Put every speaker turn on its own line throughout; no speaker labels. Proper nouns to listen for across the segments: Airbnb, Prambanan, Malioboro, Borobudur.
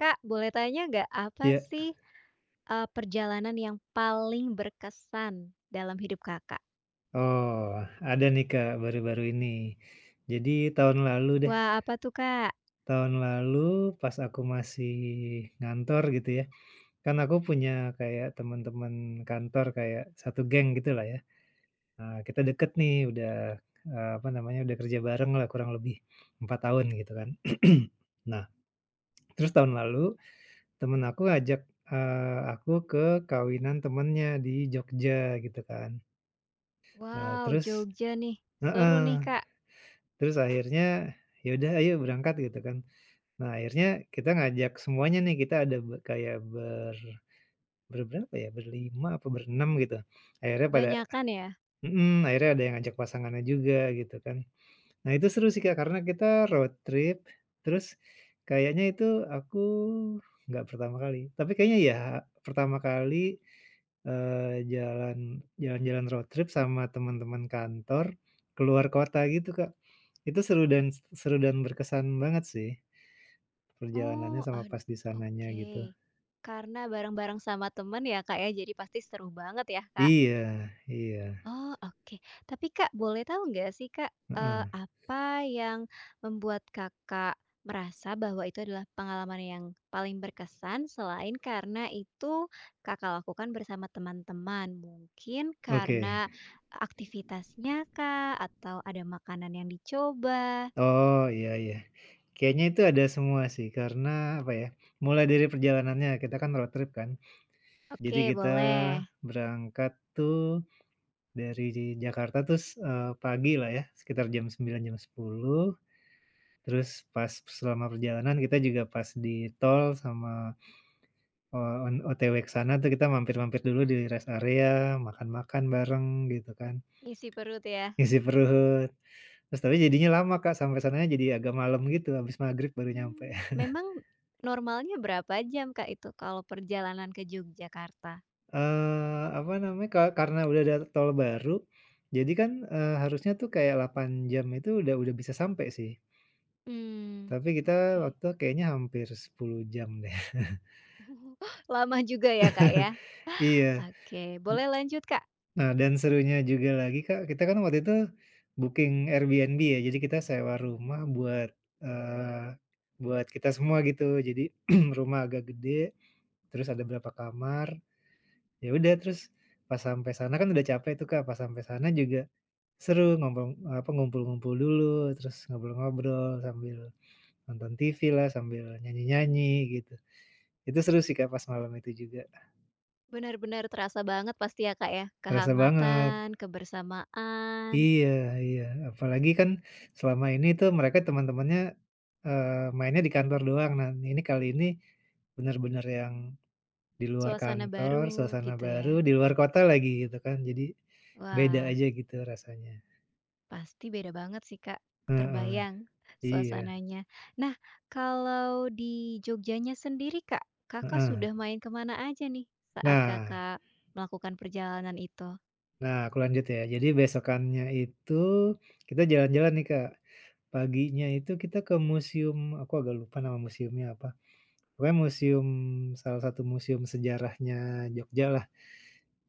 Kak, boleh tanya nggak apa
Iya.
sih, perjalanan yang paling berkesan dalam hidup Kakak?
Oh, ada nih, Kak, baru-baru ini. Jadi tahun lalu deh,
Wah, apa tuh, Kak?
tahun lalu pas aku masih ngantor gitu ya, kan aku punya kayak teman-teman kantor kayak satu geng gitulah ya. Nah, kita deket nih udah, apa namanya, udah kerja bareng lah kurang lebih 4 tahun gitu kan. Nah, terus tahun lalu temen aku ngajak, aku ke kawinan temennya di Jogja gitu kan. Nah,
Wow,
terus.
Jogja nih, seru nih,
Heeh.
Kak,
Terus akhirnya, ya udah ayo berangkat gitu kan. Nah akhirnya kita ngajak semuanya nih, kita ada kayak berberapa ya, berlima apa berenam gitu. Akhirnya pada
banyakan ya?
mhm, akhirnya ada yang ngajak pasangannya juga gitu kan. Nah itu seru sih Kak, karena kita road trip, terus kayaknya itu aku nggak pertama kali, tapi kayaknya ya pertama kali, eee, jalan jalan-jalan road trip sama teman-teman kantor keluar kota gitu Kak. Itu seru dan berkesan banget sih, perjalanannya
Oh,
sama
ad
pas di sananya
Oke.
gitu.
Karena bareng-bareng sama temen ya, Kak, ya, jadi pasti seru banget ya, Kak?
Iya, iya,
Oh, oke. Tapi Kak, boleh tahu nggak sih Kak,
heeh,
apa yang membuat Kakak merasa bahwa itu adalah pengalaman yang paling berkesan selain karena itu Kakak lakukan bersama teman-teman? Mungkin
oke.
karena aktivitasnya kak Atau ada makanan yang dicoba?
Oh, iya, iya, kayaknya itu ada semua sih karena apa ya, mulai dari perjalanannya, kita kan road trip kan. Jadi
Oke,
kita
boleh.
berangkat tuh dari Jakarta terus, pagi lah ya sekitar jam 9 jam 10, terus pas selama perjalanan kita juga pas di tol sama, on OTW ke sana tuh kita mampir-mampir dulu di rest area, makan-makan bareng gitu kan,
Isi perut ya?
ngisi perut. Terus tapi jadinya lama Kak, sampai sananya jadi agak malam gitu, habis maghrib baru nyampe.
Mmm, memang normalnya berapa jam Kak itu kalau perjalanan ke Yogyakarta?
Apa namanya, karena udah ada tol baru, jadi kan, harusnya tuh kayak 8 jam itu udah bisa sampai sih,
Hmm
tapi kita
oke.
waktu kayaknya hampir 10 jam deh.
Lama juga ya, Kak, ya?
Iya,
Oke, boleh lanjut, Kak.
nah dan serunya juga lagi, Kak, kita kan waktu itu booking Airbnb ya, jadi kita sewa rumah buat, eee, buat kita semua gitu. Jadi rumah agak gede, terus ada berapa kamar, ya udah terus pas sampai sana kan udah capek tuh, Kak, pas sampai sana juga seru, ngobrol apa, ngumpul-ngumpul dulu, terus ngobrol-ngobrol sambil nonton TV lah, sambil nyanyi-nyanyi gitu. Itu seru sih Kak pas malam itu juga,
Benar-benar terasa banget pasti ya, Kak, ya?
kerasa banget.
Kehangatan, kebersamaan,
Iya, iya, apalagi kan selama ini tuh mereka teman-temannya, mainnya di kantor doang. Nah, ini kali ini bener-bener yang di luar
suasana
kantor,
baru
suasana
gitu ya?
baru, di luar kota lagi gitu kan, jadi beda
Wah,
aja gitu rasanya.
pasti beda banget sih, Kak,
Heeh,
terbayang
iya,
suasananya. Nah, kalau di Jogjanya sendiri, Kak, Kakak
heeh.
sudah main kemana aja nih saat
Nah
Kakak melakukan perjalanan itu?
Nah, aku lanjut ya. Jadi besokannya itu kita jalan-jalan nih, Kak. Paginya itu kita ke museum, aku agak lupa nama museumnya apa. Pokoknya museum, salah satu museum sejarahnya Jogja lah.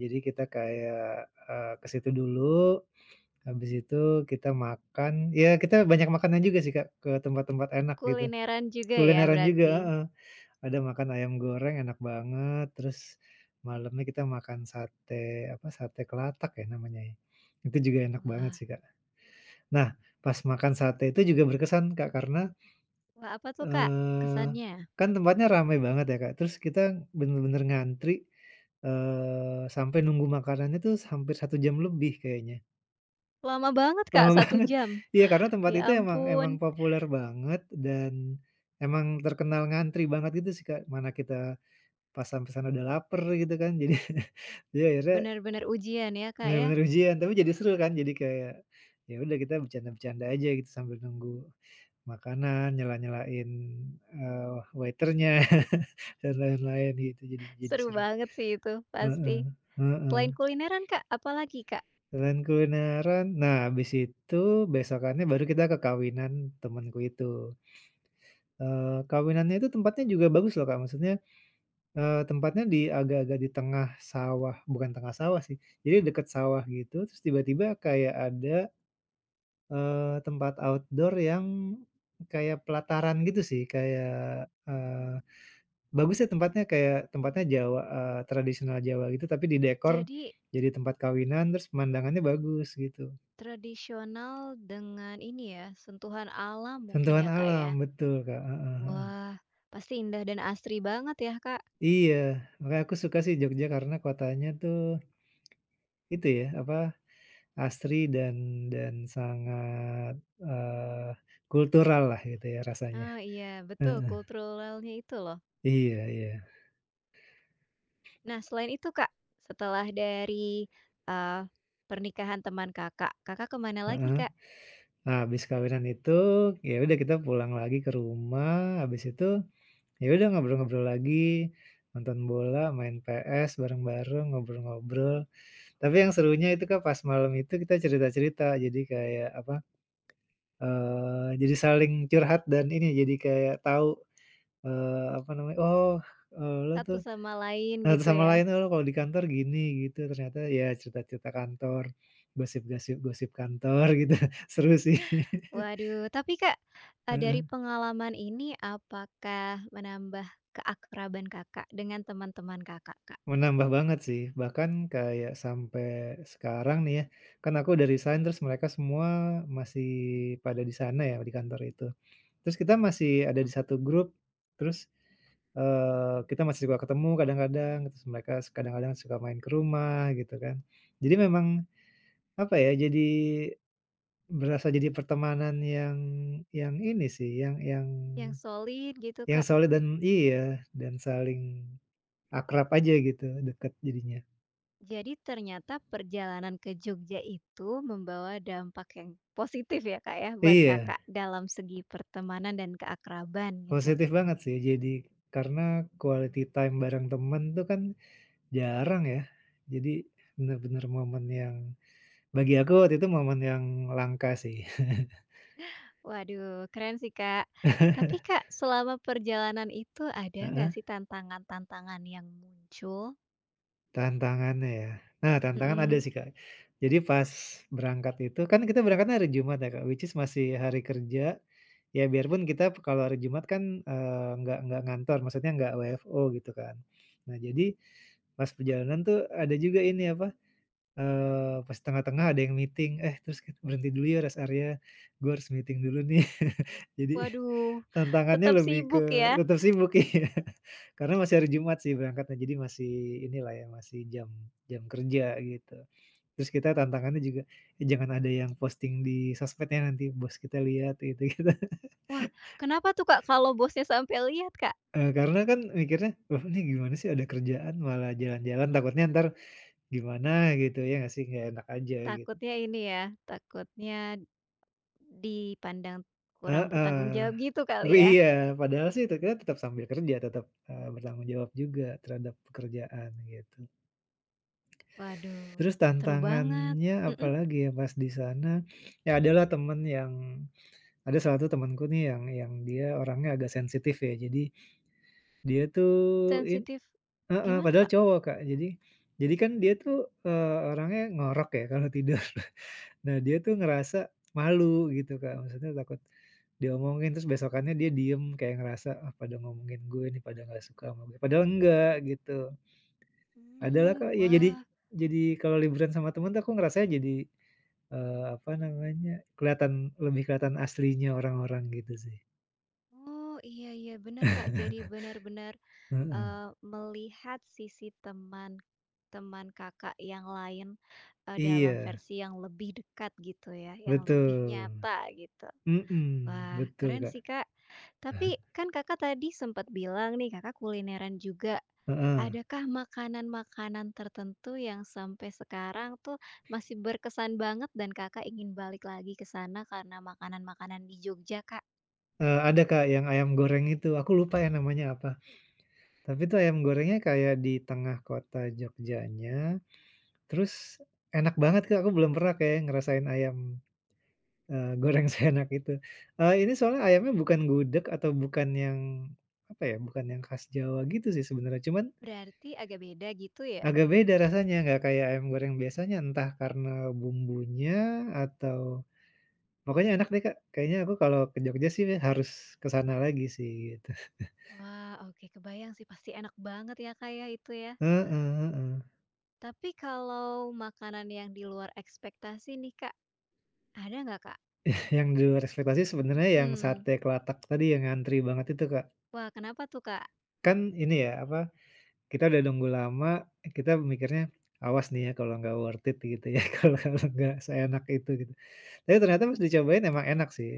Jadi kita kayak, ke situ dulu, habis itu kita makan, ya kita banyak makanan juga sih, Kak, ke tempat-tempat enak gitu,
Kulineran juga ya
kulineran juga,
berarti?
heeh. Ada makan ayam goreng enak banget, terus malamnya kita makan sate, apa, sate kelatak ya namanya ya. Itu juga enak banget
Wah
sih, Kak. Nah, pas makan sate itu juga berkesan, Kak, karena,
wah, apa tuh, Kak,
eee,
kesannya?
kan tempatnya ramai banget ya, Kak, terus kita bener-bener ngantri, sampai nunggu makanannya tuh hampir 1 jam lebih kayaknya.
Lama banget Kak,
Lama
satu
banget.
jam?
Iya, karena tempat itu
Ya
emang emang
ampun,
populer banget dan emang terkenal ngantri banget gitu sih, Kak. Mana kita, pas sampesan udah lapar gitu kan, jadi jadi akhirnya
benar-benar ujian ya Kak ya?
bener-bener ujian, tapi jadi seru kan, jadi kayak, ya udah kita bercanda-bercanda aja gitu sambil nunggu makanan, nyela-nyelain, waiternya dan lain-lain gitu, jadi
Seru
seru.
banget sih itu, pasti.
Heeh, heeh.
Selain kulineran Kak, apalagi Kak?
Selain kulineran, nah habis itu besokannya baru kita ke kawinan temanku itu. Kawinannya itu tempatnya juga bagus loh Kak, maksudnya, tempatnya di agak-agak di tengah sawah, bukan tengah sawah sih, jadi deket sawah gitu, terus tiba-tiba kayak ada, tempat outdoor yang kayak pelataran gitu sih, kayak, bagus ya tempatnya, kayak tempatnya
Mmm.
Jawa, tradisional Jawa gitu, tapi didekor
Jadi,
jadi tempat kawinan, terus pemandangannya bagus gitu.
tradisional dengan ini ya, sentuhan alam mungkin
Sentuhan
ya Kak
alam,
ya?
betul Kak, heeh, heeh.
Wah, pasti indah dan asri banget ya Kak?
Iya, makanya aku suka sih Jogja karena kotanya tuh itu ya, apa, asri dan sangat, eh, kultural lah gitu ya rasanya.
Oh iya, betul
Heeh.
kulturalnya itu loh.
Iya, iya.
Nah selain itu Kak, setelah dari, eee, pernikahan teman Kakak, Kakak kemana lagi
Heeh.
Kak?
Nah, habis kawinan itu, ya udah kita pulang lagi ke rumah, habis itu, ya udah ngobrol-ngobrol lagi, nonton bola, main PS bareng-bareng, ngobrol-ngobrol. Tapi yang serunya itu kan pas malam itu kita cerita-cerita, jadi kayak apa, jadi saling curhat dan ini, jadi kayak tahu, apa namanya, "Oh, lu
Satu
tuh,"
sama lain
satu
gitu
sama
ya?
lain, "Oh, kalau di kantor gini," gitu. Ternyata ya cerita-cerita kantor, gosip-gosip kantor gitu. Seru sih.
Waduh, tapi Kak, dari
Heeh.
pengalaman ini apakah menambah keakraban Kakak dengan teman-teman Kakak, Kak,
Menambah banget sih, bahkan kayak sampai sekarang nih ya, kan aku udah resign terus mereka semua masih pada di sana ya, di kantor itu. Terus kita masih ada di satu grup, terus, kita masih suka ketemu kadang-kadang, terus mereka kadang-kadang suka main ke rumah gitu kan. Jadi memang apa ya, jadi berasa jadi pertemanan yang ini sih, yang yang
yang solid gitu,
yang
Kak?
solid dan iya, dan saling akrab aja gitu, deket jadinya.
Jadi ternyata perjalanan ke Jogja itu membawa dampak yang positif ya, Kak, ya, buat
Iya,
Kakak dalam segi pertemanan dan keakraban gitu.
positif banget sih. Jadi karena quality time bareng temen tuh kan jarang ya. Jadi bener-bener momen yang bagi aku waktu itu momen yang langka sih.
Waduh, keren sih, Kak. Tapi Kak, selama perjalanan itu ada nggak
Heeh,
sih tantangan-tantangan yang muncul?
tantangannya ya. Nah, tantangan ada
Mhm.
sih, Kak. Jadi pas berangkat itu kan kita berangkatnya hari Jumat ya, Kak, which is masih hari kerja. Ya biarpun kita kalau hari Jumat kan, nggak ngantor, maksudnya nggak WFO gitu kan. Nah jadi pas perjalanan tuh ada juga ini apa, pas tengah-tengah ada yang meeting, eh terus kita berhenti dulu ya rest area, gue harus meeting dulu nih. Jadi
Waduh,
tantangannya
tetap
lebih ke
sibuk ya.
tetap sibuk, iya, karena masih hari Jumat sih berangkatnya, jadi masih inilah ya, masih jam jam kerja gitu. Terus kita tantangannya juga, "Eh, jangan ada yang posting di sosmednya nanti bos kita lihat gitu-gitu."
Wah, kenapa tuh, Kak, kalau bosnya sampai lihat, Kak?
Karena kan mikirnya, "Loh ini gimana sih ada kerjaan malah jalan-jalan, takutnya entar gimana gitu ya nggak sih, nggak enak aja," gitu.
Takutnya ini ya, takutnya dipandang kurang
Heeh.
bertanggung jawab gitu
Oh
kali ya?
iya, padahal sih kita tetap sambil kerja, tetap, bertanggung jawab juga terhadap pekerjaan gitu.
Waduh,
Terus
seru banget.
tantangannya
Mhm,
apalagi ya pas di sana, ya adalah temen yang ada salah satu temenku nih yang dia orangnya agak sensitif ya, jadi dia tuh in
sensitif.
heeh,
Gimana,
padahal
Kak?
cowok, Kak. Jadi kan dia tuh, orangnya ngorok ya kalau tidur. Nah, dia tuh ngerasa malu gitu, Kak. Maksudnya takut diomongin, terus besokannya dia diem kayak ngerasa, "Ah, pada ngomongin gue nih, pada nggak suka sama gue." Padahal enggak, gitu. Ada lah,
Mmm,
Kak, ya jadi
wah.
kalau liburan sama temen tuh aku ngerasanya jadi, apa namanya, kelihatan lebih kelihatan aslinya orang-orang gitu sih.
Oh, iya iya, benar Kak. Jadi benar-benar,
Heeh.
melihat sisi teman teman Kakak yang lain, dalam
Iya,
versi yang lebih dekat gitu ya, yang lebih
betul.
nyata gitu.
Mhm,
Wah,
betul,
keren
Kak.
sih, Kak. Tapi kan Kakak tadi sempat bilang nih Kakak kulineran juga.
Heeh.
Adakah makanan-makanan tertentu yang sampai sekarang tuh masih berkesan banget dan Kakak ingin balik lagi ke sana karena makanan-makanan di Jogja, Kak?
Ada Kak, yang ayam goreng itu, aku lupa ya namanya apa, tapi itu ayam gorengnya kayak di tengah kota Jogjanya, terus enak banget Kak, aku belum pernah kayaknya ngerasain ayam, goreng seenak itu. Ini soalnya ayamnya bukan gudeg atau bukan yang, apa ya, bukan yang khas Jawa gitu sih sebenarnya, cuman
Berarti agak beda gitu ya?
agak beda rasanya, nggak kayak ayam goreng biasanya, entah karena bumbunya atau pokoknya enak deh Kak, kayaknya aku kalau ke Jogja sih harus ke sana lagi sih gitu.
Wah, oke, kebayang sih pasti enak banget ya, Kak, ya itu ya.
Heeh, heeh.
Tapi kalau makanan yang di luar ekspektasi nih, Kak, ada nggak, Kak?
Yang di luar ekspektasi sebenarnya yang
Mm-mm.
sate kelatak tadi yang ngantri banget itu, Kak.
Wah, kenapa tuh, Kak?
Kan ini ya, apa, kita udah nunggu lama, kita mikirnya, "Awas nih ya kalau nggak worth it," gitu ya, kalau kalau nggak seenak itu gitu. Tapi ternyata pas dicobain emang enak sih.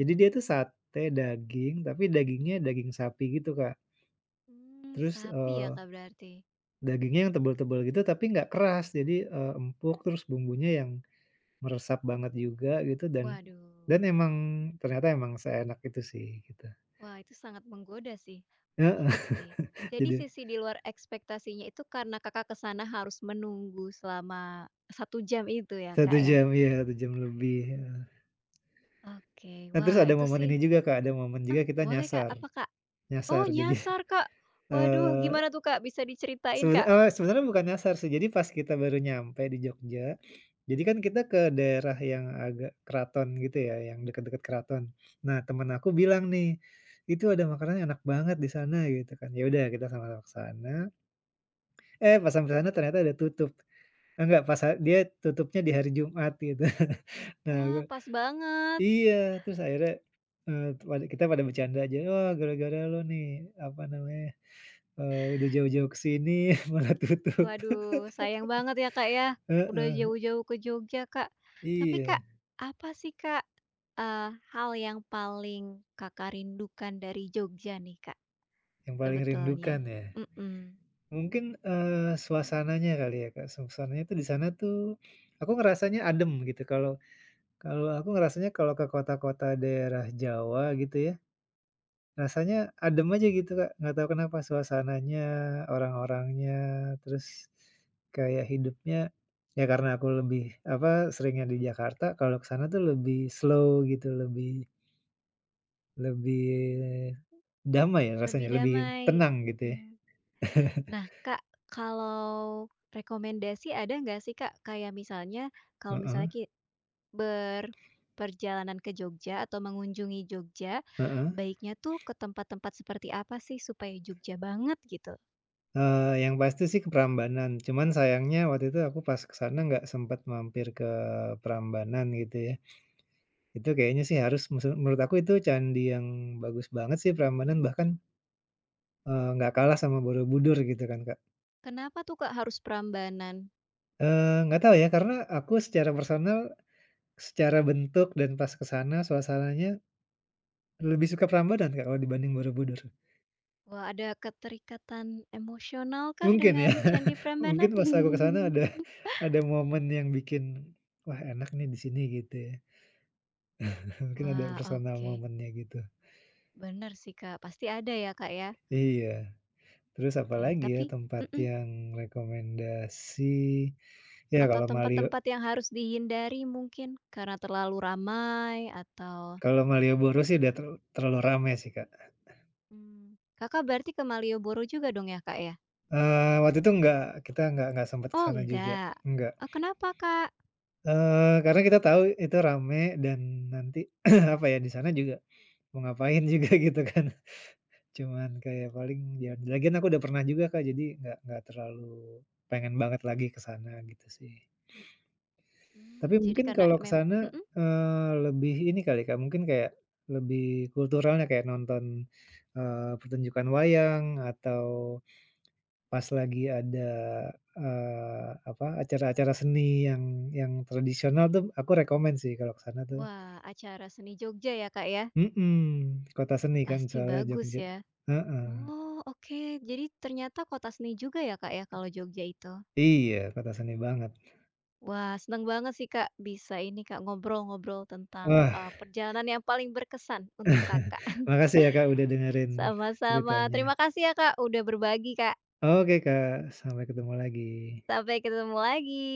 Jadi dia tuh sate daging, tapi dagingnya daging sapi gitu, Kak.
Mmm,
Terus,
sapi ya, Kak, berarti?
dagingnya yang tebel-tebel gitu tapi nggak keras, jadi, empuk, terus bumbunya yang meresap banget juga gitu dan
Waduh,
emang ternyata emang seenak itu sih, gitu.
wah itu sangat menggoda sih.
Heeh,
Oke, jadi
jadi
sisi di luar ekspektasinya itu karena Kakak ke sana harus menunggu selama 1 jam itu ya,
Satu
Kak, ya?
jam, iya 1 jam lebih,
Oke,
ya. Nah, terus
wah
ada
itu
momen
sih
ini juga, Kak, ada momen juga kita
boleh, Kak,
nyasar
apa, Kak? Oh
nyasar. Jadi,
nyasar, Kak. Waduh
eee,
gimana tuh, Kak, bisa diceritain, Kak?
sebenarnya bukan nyasar sih, jadi pas kita baru nyampe di Jogja, jadi kan kita ke daerah yang agak keraton gitu ya, yang dekat-dekat keraton. Nah, temen aku bilang nih, "Itu ada makanan yang enak banget di sana," gitu kan. Ya udah kita sama-sama ke sana, eh, pas sampai sana ternyata ada tutup. Ah, enggak, pas dia tutupnya di hari Jumat gitu. Nah,
Wah pas banget.
iya, terus akhirnya, kita pada bercanda aja, "Wah, gara-gara lo nih, apa namanya, udah jauh-jauh ke sini malah tutup."
Waduh, sayang banget ya, Kak, ya, udah
Heeh,
jauh-jauh ke Jogja, Kak. Tapi, Kak,
iya,
apa sih, Kak, hal yang paling Kakak rindukan dari Jogja nih, Kak,
yang paling
sebetulnya?
rindukan ya.
Mhm,
Mungkin, suasananya kali ya, Kak, suasananya tuh di sana tuh aku ngerasanya adem gitu, kalau kalau aku ngerasanya kalau ke kota-kota daerah Jawa gitu ya, rasanya adem aja gitu, Kak, nggak tahu kenapa suasananya, orang-orangnya, terus kayak hidupnya ya karena aku lebih, apa, seringnya di Jakarta, kalau ke sana tuh lebih slow gitu, lebih lebih damai ya
lebih
rasanya, lebih
damai,
tenang gitu ya.
mhm. Nah, Kak, kalau rekomendasi ada nggak sih, Kak, kayak misalnya kalau misalnya
Heeh,
ki berperjalanan ke Jogja atau mengunjungi Jogja,
heeh.
baiknya tuh ke tempat-tempat seperti apa sih supaya Jogja banget gitu?
Yang pasti sih ke Prambanan, cuman sayangnya waktu itu aku pas ke sana nggak sempet mampir ke Prambanan gitu ya. Itu kayaknya sih harus, menurut aku itu candi yang bagus banget sih Prambanan, bahkan nggak kalah sama Borobudur gitu kan, Kak.
Kenapa tuh Kak harus Prambanan?
Nggak tahu ya, karena aku secara personal, secara bentuk dan pas ke sana suasananya lebih suka Prambanan, Kak, kalau dibanding Borobudur.
Wah ada keterikatan emosional kah
Mungkin
dengan
ya,
Candi
mungkin
Prambanan?
pas aku ke sana ada momen yang bikin, "Wah, enak nih di sini," gitu ya. Mungkin ada
Wah
personal
oke,
moment-nya gitu.
benar sih Kak, pasti ada ya Kak ya.
Iya. Terus
Oke
apalagi ya
tapi
tempat
mhm,
yang rekomendasi, ya
atau tempat-tempat yang harus dihindari mungkin karena terlalu ramai atau
kalau Malioboro sih udah ter terlalu rame sih, Kak.
mmm, Kakak berarti ke Malioboro juga dong ya Kak ya?
Waktu itu enggak, kita enggak sempet ke
Oh
sana juga,
enggak?
enggak.
Oh kenapa Kak?
Karena kita tahu itu rame dan nanti, apa ya, di sana juga mau ngapain juga gitu kan. Cuman kayak paling ya lagian aku udah pernah juga Kak, jadi nggak terlalu pengen banget lagi ke sana gitu sih. Tapi
Mmm, jadi
mungkin
karena
kalau ke sana,
mhm?
lebih ini kali Kak, mungkin kayak lebih kulturalnya kayak nonton, pertunjukan wayang atau pas lagi ada, apa, acara-acara seni yang tradisional tuh aku rekomen sih kalau ke sana tuh.
Wah acara seni Jogja ya Kak ya?
Mhm, kota seni kan
Pasti
soalnya
bagus
Jogja.
ya.
Heeh.
Oh, oke. Jadi ternyata kota seni juga ya, Kak, ya kalau Jogja itu.
Iya, kota seni banget.
Wah, seneng banget sih, Kak, bisa ini, Kak, ngobrol-ngobrol tentang
Wah,
perjalanan yang paling berkesan untuk Kakak.
makasih ya Kak udah dengerin
Sama-sama.
ceritanya.
Terima kasih ya, Kak, udah berbagi, Kak.
Oke Kak, sampai ketemu lagi.
Sampai ketemu lagi.